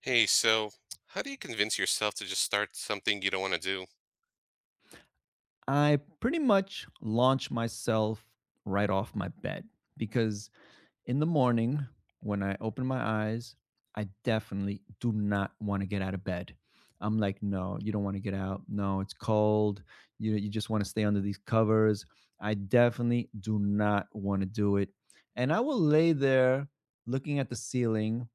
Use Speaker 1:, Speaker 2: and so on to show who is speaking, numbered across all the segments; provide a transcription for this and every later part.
Speaker 1: Hey, so how do you convince yourself to just start something you don't want to do?
Speaker 2: I pretty much launch myself right off my bed because in the morning when I open my eyes, I definitely do not want to get out of bed. I'm like, no, you don't want to get out. No, it's cold. You just want to stay under these covers. I definitely do not want to do it. And I will lay there looking at the ceiling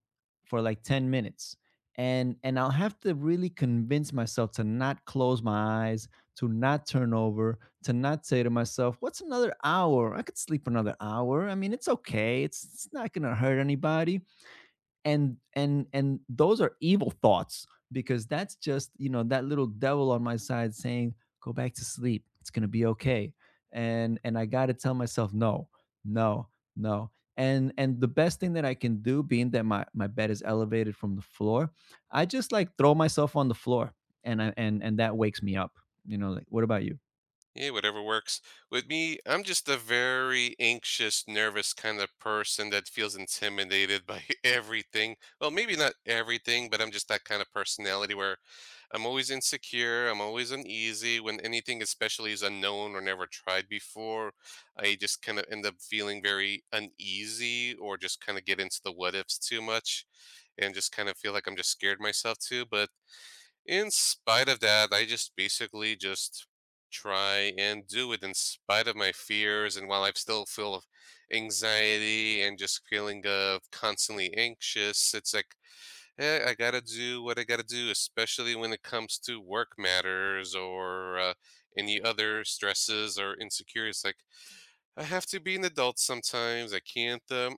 Speaker 2: for like 10 minutes. And I'll have to really convince myself to not close my eyes, to not turn over, to not say to myself, what's another hour? I could sleep another hour. I mean, it's okay. It's not going to hurt anybody. And those are evil thoughts because that's just, you know, that little devil on my side saying, go back to sleep. It's going to be okay. And I got to tell myself no. No. No. And the best thing that I can do, being that my bed is elevated from the floor, I just like throw myself on the floor and I and that wakes me up. Like what about you?
Speaker 1: Yeah, whatever works. With me, I'm just a very anxious, nervous kind of person that feels intimidated by everything. Well, maybe not everything, but I'm just that kind of personality where I'm always insecure, I'm always uneasy when anything especially is unknown or never tried before. I just kind of end up feeling very uneasy or just kind of get into the what ifs too much and just kind of feel like I'm just scared myself too, but in spite of that, I just basically just try and do it in spite of my fears. And while I still feel of anxiety and just feeling of constantly anxious, it's like, eh, I gotta do what I gotta do, especially when it comes to work matters or any other stresses or insecurities. Like, I have to be an adult sometimes. I can't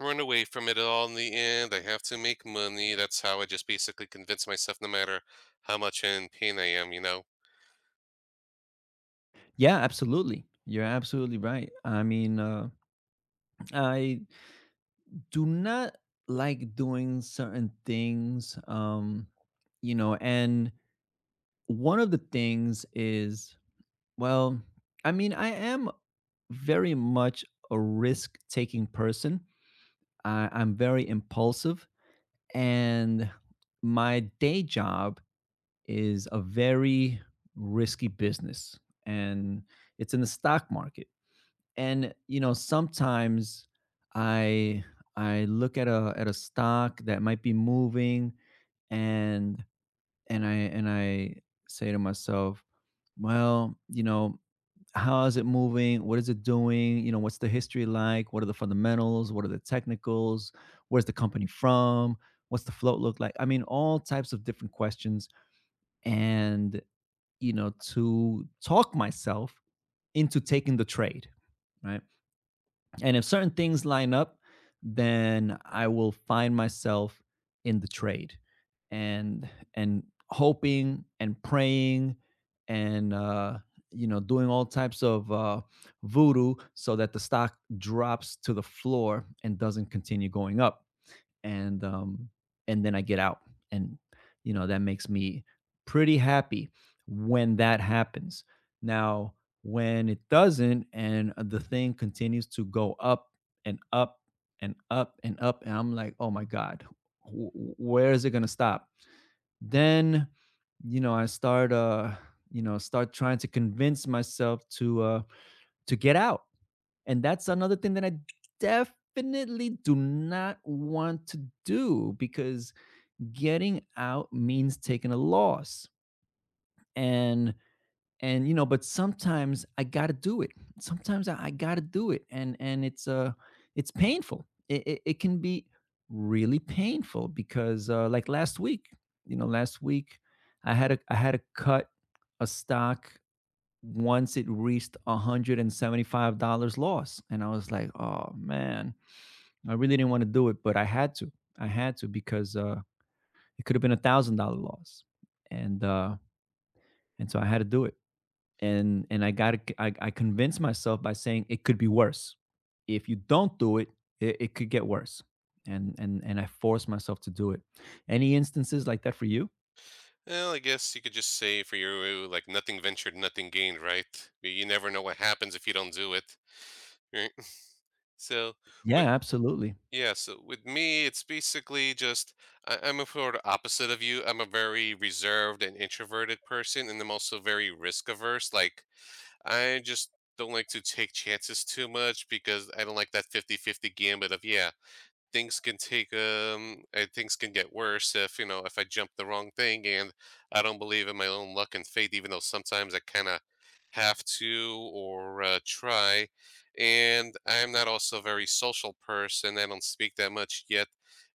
Speaker 1: run away from it all in the end. I have to make money. That's how I just basically convince myself, no matter how much in pain I am, you know?
Speaker 2: Yeah, absolutely. You're absolutely right. I mean, I do not like doing certain things, you know, and one of the things is, well, I mean, I am very much a risk taking person. I'm very impulsive, and my day job is a very risky business, and it's in the stock market. And you know, sometimes i I look at a stock that might be moving, and I say to myself, well, you know, how is it moving? What is it doing? You know, what's the history like? What are the fundamentals? What are the technicals? Where's the company from? What's the float look like? I mean, all types of different questions, and you know, to talk myself into taking the trade, right? And if certain things line up, then I will find myself in the trade, and and hoping and praying, and you know, doing all types of voodoo so that the stock drops to the floor and doesn't continue going up. And and then I get out, and you know, that makes me pretty happy when that happens. Now, when it doesn't, and the thing continues to go up and up and up and up, and I'm like, "Oh my god, where is it going to stop?" Then you know, I start you know, start trying to convince myself to get out. And that's another thing that I definitely do not want to do, because getting out means taking a loss. And and you know, but sometimes I gotta do it. Sometimes I gotta do it. And it's painful. It can be really painful because like last week, you know, last week I had a I had to cut a stock once it reached $175 loss. And I was like, oh man, I really didn't want to do it, but I had to. I had to because it could have been a $1,000 loss. And uh, and so I had to do it. And I got to, I convinced myself by saying it could be worse. If you don't do it, it could get worse. And I forced myself to do it. Any instances like that for you?
Speaker 1: Well, I guess you could just say for you, like, nothing ventured, nothing gained, right? You never know what happens if you don't do it, right? So, what
Speaker 2: Yeah, absolutely.
Speaker 1: Yeah, so with me, it's basically just I'm a sort of opposite of you. I'm a very reserved and introverted person, and I'm also very risk averse. Like, I just don't like to take chances too much because I don't like that 50-50 gambit of, yeah, things can get worse if you know if I jump the wrong thing and I don't believe in my own luck and fate even though sometimes I kind of have to or try. And I'm not also a very social person, I don't speak that much yet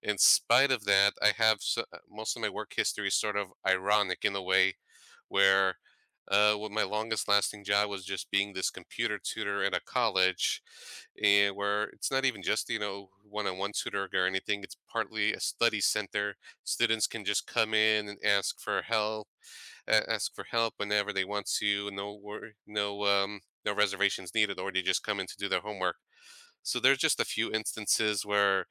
Speaker 1: in spite of that I have so, most of my work history is sort of ironic in a way where what my longest lasting job was just being this computer tutor at a college, and where it's not even just you know one-on-one tutoring or anything. It's partly a study center. Students can just come in and ask for help, ask for help whenever they want to. No, no reservations needed, or they just come in to do their homework. So there's just a few instances where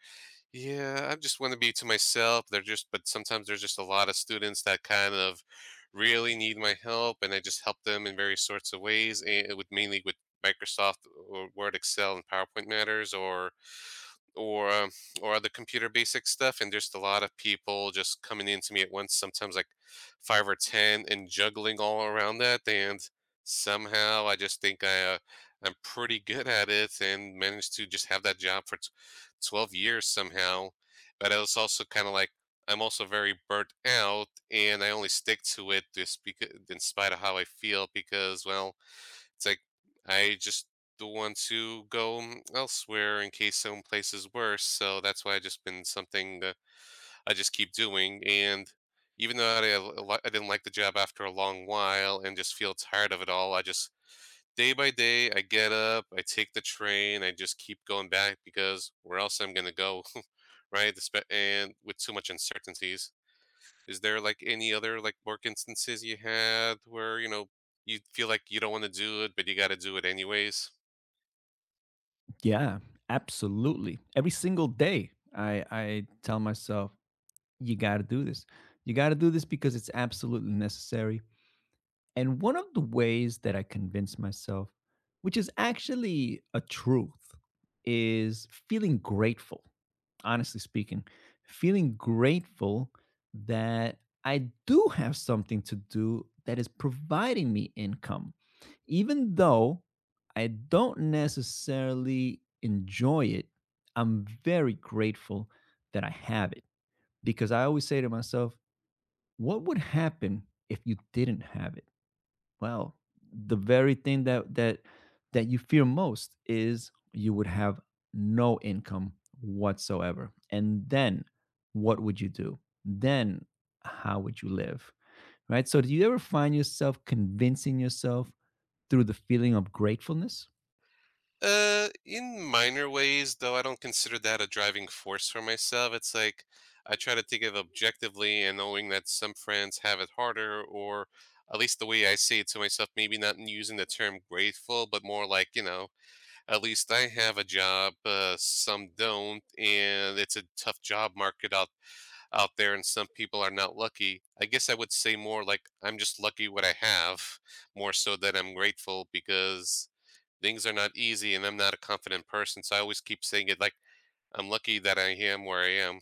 Speaker 1: yeah, I just want to be to myself. They're just, but sometimes there's just a lot of students that kind of really need my help, and I just help them in various sorts of ways, and with mainly with Microsoft or Word, Excel, and PowerPoint matters, or or uh, or other computer basic stuff. And there's a lot of people just coming into me at once sometimes like five or ten, and juggling all around that. And somehow I just think I I'm pretty good at it and managed to just have that job for 12 years somehow. But I was also kind of like, I'm also very burnt out and I only stick to it just because in spite of how I feel, because well, it's like I just don't want to go elsewhere in case some place is worse. So that's why I just been something that I just keep doing. And even though I didn't like the job after a long while and just feel tired of it all, I just day by day I get up, I take the train, I just keep going back because where else I'm gonna go, right? And with too much uncertainties. Is there, like, any other, like, work instances you had where, you know, you feel like you don't wanna do it, but you gotta do it anyways?
Speaker 2: Yeah, absolutely. Every single day, I tell myself, you got to do this. You got to do this because it's absolutely necessary. And one of the ways that I convince myself, which is actually a truth, is feeling grateful, honestly speaking, feeling grateful that I do have something to do that is providing me income, even though I don't necessarily enjoy it. I'm very grateful that I have it because I always say to myself, what would happen if you didn't have it? Well, the very thing that you fear most is you would have no income whatsoever. And then what would you do? Then how would you live? Right? So do you ever find yourself convincing yourself through the feeling of gratefulness?
Speaker 1: In minor ways, though I don't consider that a driving force for myself, it's like, I try to think of objectively and knowing that some friends have it harder, or at least the way I say it to myself, maybe not using the term grateful, but more like, you know, at least I have a job, some don't, and it's a tough job market out there and some people are not lucky. I guess I would say more like I'm just lucky what I have, more so than I'm grateful, because things are not easy and I'm not a confident person. So I always keep saying it like I'm lucky that I am where I am.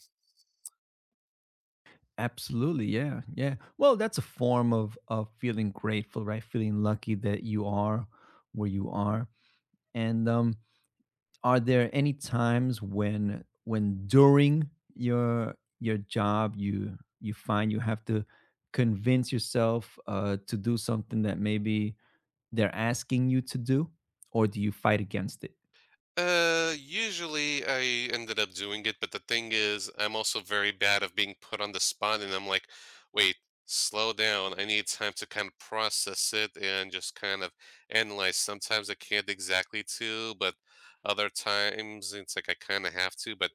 Speaker 2: Absolutely, yeah, yeah. Well, that's a form of feeling grateful, right? Feeling lucky that you are where you are, and are there any times when during your job you find you have to convince yourself to do something that maybe they're asking you to do, or do you fight against it?
Speaker 1: Usually I ended up doing it, but the thing is, I'm also very bad of being put on the spot, and I'm like, wait, slow down. I need time to kind of process it and just kind of analyze. Sometimes I can't exactly to, but other times it's like I kind of have to. But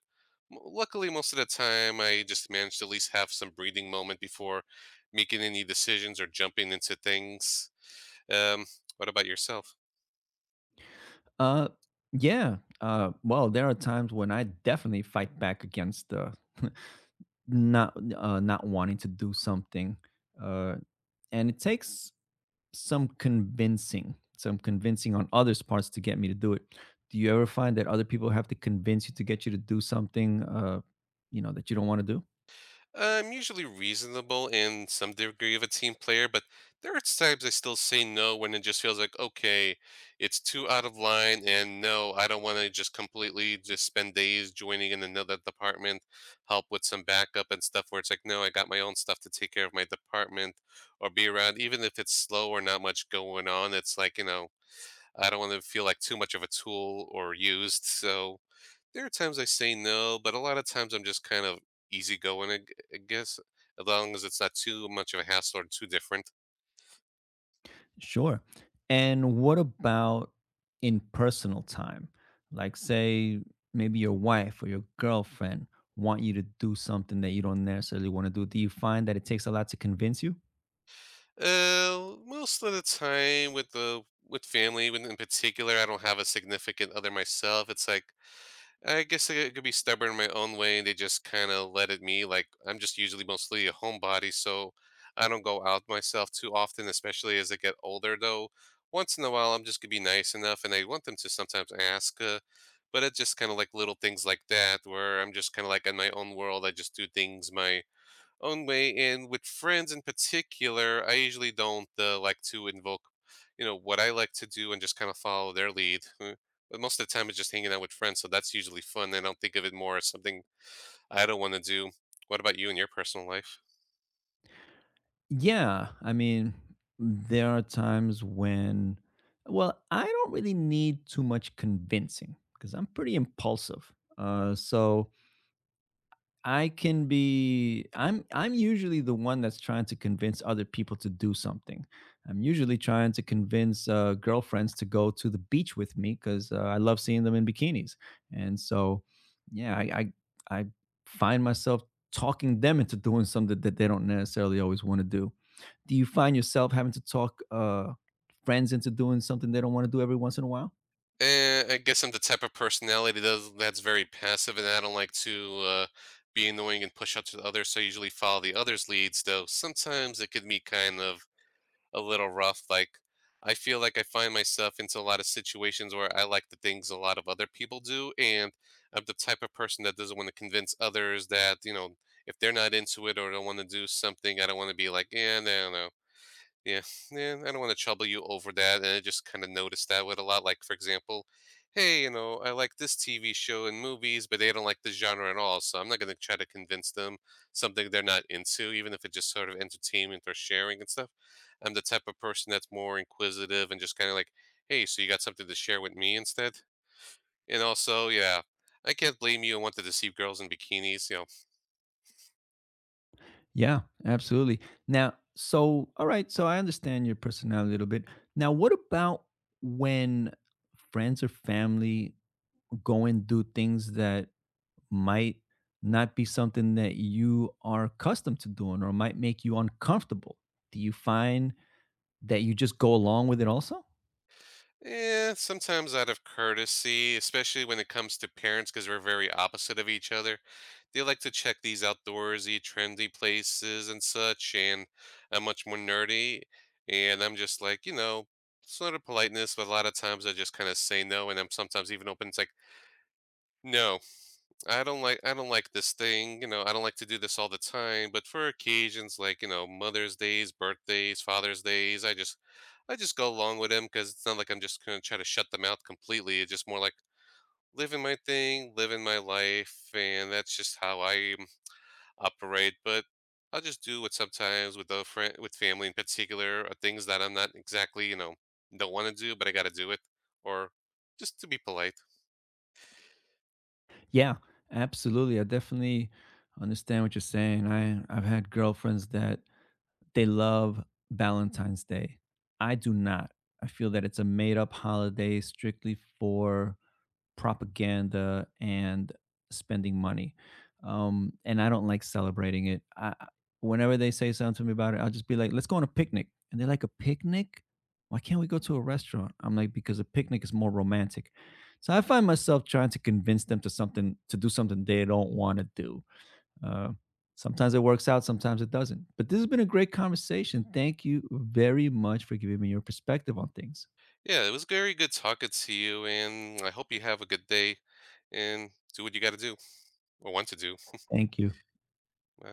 Speaker 1: luckily, most of the time, I just manage to at least have some breathing moment before making any decisions or jumping into things. Um, what about yourself?
Speaker 2: uh yeah well, there are times when I definitely fight back against not not wanting to do something. uh and it takes some convincing on others' parts to get me to do it. Do you ever find that other people have to convince you to get you to do something, you know, that you don't want to do?
Speaker 1: I'm usually reasonable in some degree of a team player, but there are times I still say no when it just feels like, okay, it's too out of line. And no, I don't want to just completely just spend days joining in another department, help with some backup and stuff where it's like, no, I got my own stuff to take care of my department or be around. Even if it's slow or not much going on, it's like, you know, I don't want to feel like too much of a tool or used. So there are times I say no, but a lot of times I'm just kind of easygoing, I guess, as long as it's not too much of a hassle or too different.
Speaker 2: Sure. And what about in personal time? Like, say, maybe your wife or your girlfriend want you to do something that you don't necessarily want to do. Do you find that it takes a lot to convince you?
Speaker 1: Most of the time with the with family, when in particular I don't have a significant other myself, it's like I guess I could be stubborn in my own way, and they just kind of let it me. Like I'm just usually mostly a homebody, so I don't go out myself too often, especially as I get older. Though once in a while, I'm just gonna be nice enough, and I want them to sometimes ask. But it's just kind of like little things like that, where I'm just kind of like in my own world. I just do things my only, and with friends in particular, I usually don't like to invoke, you know, what I like to do and just kind of follow their lead. But most of the time, it's just hanging out with friends, so that's usually fun. I don't think of it more as something I don't want to do. What about you in your personal life?
Speaker 2: Yeah, I mean, there are times when, well, I don't really need too much convincing because I'm pretty impulsive. So I can be, I'm usually the one that's trying to convince other people to do something. I'm usually trying to convince girlfriends to go to the beach with me because I love seeing them in bikinis. And so, yeah, I find myself talking them into doing something that they don't necessarily always want to do. Do you find yourself having to talk friends into doing something they don't want to do every once in a while?
Speaker 1: Eh, I guess I'm the type of personality that's very passive, and I don't like to be annoying and push out to the others. So I usually follow the others' leads, though sometimes it could be kind of a little rough. Like, I feel like I find myself into a lot of situations where I like the things a lot of other people do, and I'm the type of person that doesn't want to convince others that you know if they're not into it or don't want to do something, I don't want to be like, yeah, no, no. Yeah, yeah, I don't want to trouble you over that. And I just kind of noticed that with a lot. Like, for example, hey, you know, I like this TV show and movies, but they don't like this genre at all. So I'm not going to try to convince them something they're not into, even if it's just sort of entertainment or sharing and stuff. I'm the type of person that's more inquisitive and just kind of like, hey, so you got something to share with me instead? And also, yeah, I can't blame you and want to deceive girls in bikinis, you know.
Speaker 2: Yeah, absolutely. Now, so all right, so I understand your personality a little bit. Now, what about when friends or family go and do things that might not be something that you are accustomed to doing or might make you uncomfortable? Do you find that you just go along with it also?
Speaker 1: Eh, sometimes out of courtesy, especially when it comes to parents, because we're very opposite of each other. They like to check these outdoorsy, trendy places and such, and I'm much more nerdy. And I'm just like, you know, sort of politeness, but a lot of times I just kind of say no, and I'm sometimes even open. It's like, no, I don't like this thing, you know, I don't like to do this all the time, but for occasions like, you know, Mother's Days, birthdays, Father's Days, I just go along with them because it's not like I'm just gonna try to shut them out completely. It's just more like living my thing, living my life, and that's just how I operate. But I'll just do what sometimes with the friend with family in particular are things that I'm not exactly, you know, don't want to do, but I gotta do it. Or just to be polite.
Speaker 2: Yeah, absolutely. I definitely understand what you're saying. I I've had girlfriends that they love Valentine's Day. I do not. I feel that it's a made up holiday strictly for propaganda and spending money. And I don't like celebrating it. Whenever they say something to me about it, I'll just be like, let's go on a picnic. And they're like, a picnic? Why can't we go to a restaurant? I'm like, because a picnic is more romantic. So I find myself trying to convince them to something, to do something they don't want to do. uh, sometimes it works out, sometimes it doesn't. But this has been a great conversation. Thank you very much for giving me your perspective on things.
Speaker 1: Yeah, it was very good talking to you, and I hope you have a good day. And do what you got to do or want to do.
Speaker 2: Thank you.
Speaker 1: uh,